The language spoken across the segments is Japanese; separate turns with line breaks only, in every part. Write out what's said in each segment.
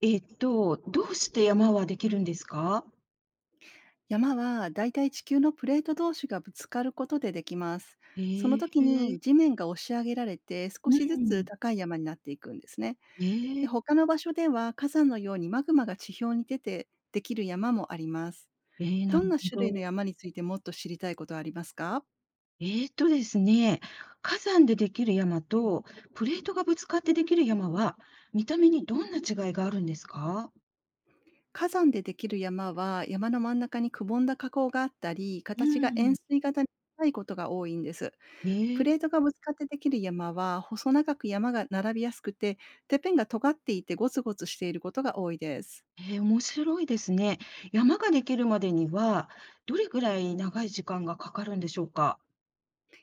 どうして山はできるんですか？
山はだいたい地球のプレート同士がぶつかることでできます。その
え
時
え、
に地面が押し上げられて少
う
しずつ
ん。
高い山になっていくんですね。
え
で、
え、
他の場所では火山のようにマグマが地表に出てできる山もあります。
ええ、な
ど
る
んな
ほ
種類の
ど。
山についてもっと知りたいことはありますか？
えっとですね、火山でできる山とプレートがぶつかってできる山は、見た目にどんな違いがあるんですか？
火山でできる山は、山の真ん中にくぼんだ火口があったり、
う
形が
ん。
円錐型に近いことが多いんです。プ
ええ、
レートがぶつかってできる山は、細長く山が並びやすくて、てっぺんが尖っていてゴツゴツしていることが多いです。
ええ、面白いですね。山ができるまでには、どれくらい長い時間がかかるんでしょうか？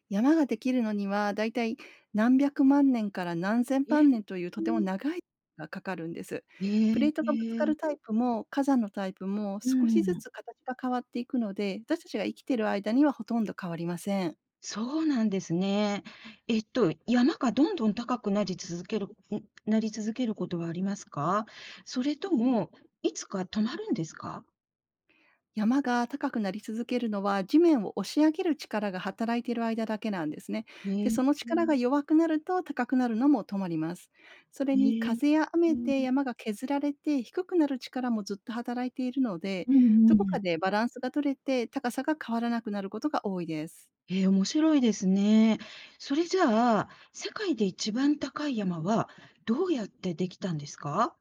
山ができるのには、だいたい何百万年から何千
え
万
え、
年というとても長い時間がかかるんです。
え
プレ
え、
ートがぶつ
え
か
え、
るタイプも火山のタイプも
う
少しず
ん。
つ形が変わっていくので、私たちが生きている間にはほとんど変わりません。
そうなんですね。山がどんどん高くなり続けるんなり続けることはありますか？それとも、いつか止まるんですか？
山が高くなり続けるのは、地面を押し上げる力が働いている間だけなんですね。
へ
で、
え。
その力が弱くなると高くなるのも止まります。それに、
へえ。
風や
う
雨
ん
で山が削られて低くなる力もずっと働いているので、
う
どこ
ん。
かでバランスが取れて高さが変わらなくなることが多いです。
へえ、面白いですね。それじゃあ、世界で一番高い山はどうやってできたんですか？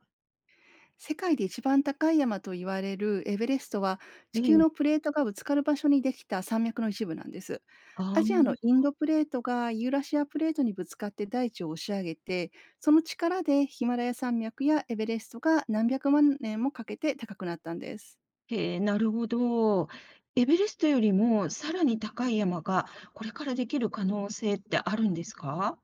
世界で一番高い山と言われるエベレストは、地
え
球
え。
のプレートがぶつかる場所にできた山脈の一部なんです。
あ
ア
あ、
ジアのインドプレートがユーラシアプレートにぶつかって大地を押し上げて、その力でヒマラヤ山脈やエベレストが何百万年もかけて高くなったんです。
へえ、なるほど。エベレストよりもさらに高い山が、これからできる可能性ってあるんですか？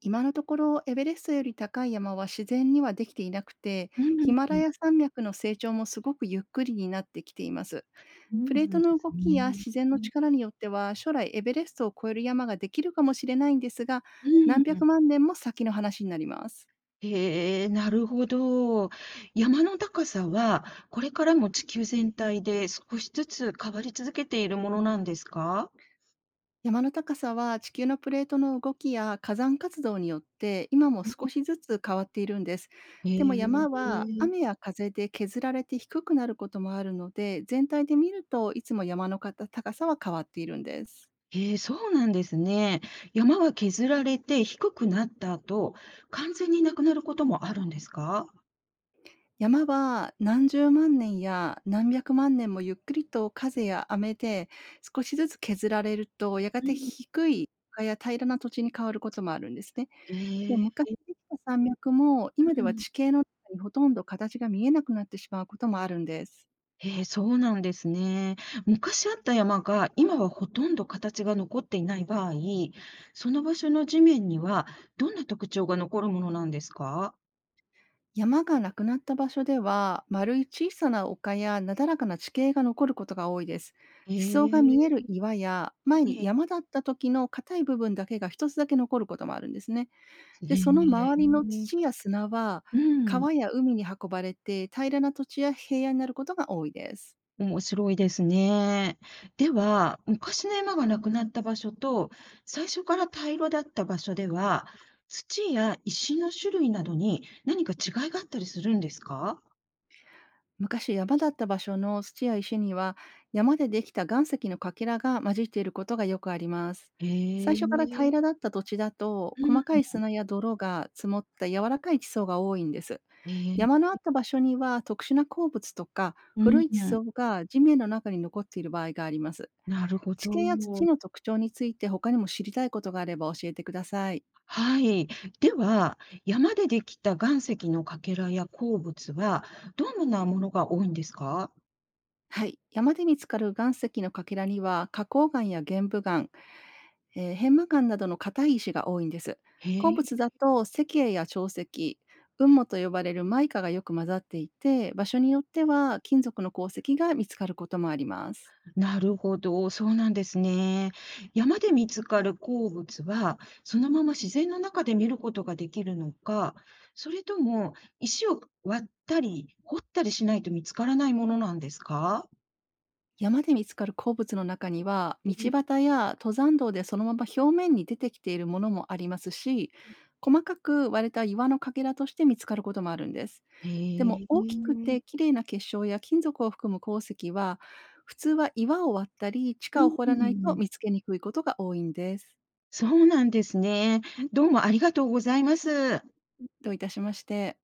今のところエベレストより高い山は自然にはできていなくて、
う
ヒマ
ん、
ラヤ山脈の成長もすごくゆっくりになってきています。
そう
プレー
な
ト
んで
の
す
動きや
ね。
自然
う
の力によっては、将来エベレストを越える山ができるかもしれないんですが、何
ん。
百万年も先の話になります。
へえ、なるほど。山の高さは、これからも地球全体で少しずつ変わり続けているものなんですか？
山の高さは、地球のプレートの動きや火山活動によって今も
うん。
少しずつ変わっているんです。
へ
でも、山は雨
え。
や風で削られて低くなることもあるので、全体で見るといつも山のかた高さは変わっているんです。
へえ、そうなんですね。山は削られて低くなった後、完全になくなることもあるんですか？
山は何十万年や何百万年もゆっくりと風や雨で少しずつ削られると、やが
う
て
ん。
低い丘や平らな土地に変わることもあるんですね。で、
へ
昔
え。
できた山脈も今
う
では
ん。
地形の中にほとんど形が見えなくなってしまうこともあるんです。
へえ、そうなんですね。昔あった山が今はほとんど形が残っていない場合、その場所の地面にはどんな特徴が残るものなんですか？
山がなくなった場所では、丸い小さな丘やなだらかな地形が残ることが多いです。
へ
地
え、
層が見え
は
る岩や、前に
い。
山だった時の硬い部分だけが一つだけ残ることもあるんですね。で、その
へ
周りの土
え。
や砂は、
うん、
川や海に運ばれて、平らな土地や平野になることが多いです。
面白いですね。では、昔の山がなくなった場所と、最初から平らだった場所では、土や石の種類などに何か違いがあったりするんですか？
昔山だった場所の土や石には、山でできた岩石のかけらが混じっていることがよくあります。
へ
最初から
え。
平らだった土地だと、
う
細か
ん。
い砂や泥が積もった柔らかい地層が多いんです。
へえ。
山のあった場所には、特殊な鉱物とか
う
古
ん、
い地層が地面の中に残っている場合があります。
なるほ
地形や土
ど。
の特徴について他にも知りたいことがあれば教えてください。
はい。では、山でできた岩石のかけらや鉱物は、どのようなものが多いんですか？
はい。山で見つかる岩石のかけらには、花崗岩や玄武岩、片麻岩などの硬い石が多いんです。
へ
鉱
え、
物だと石英や長石、雲母と呼ばれるマイカがよく混ざっていて、場所によっては金属の鉱石が見つかることもあります。
なるほど、そうなんですね。山で見つかる鉱物は、そのまま自然の中で見ることができるのか、それとも石を割ったり掘ったりしないと見つからないものなんですか？
山で見つかる鉱物の中には、道端や登山道でそのまま表面に出てきているものもありますし、細かく割れた岩のかけらとして見つかることもあるんです。でも、
へ
大きく
え。
て綺麗な結晶や金属を含む鉱石は、普通は岩を割ったり地
う
下を掘らないと
ん。
見つけにくいことが多いんです。
そうなんですね。どうもありがとうございます。
どういたしまして。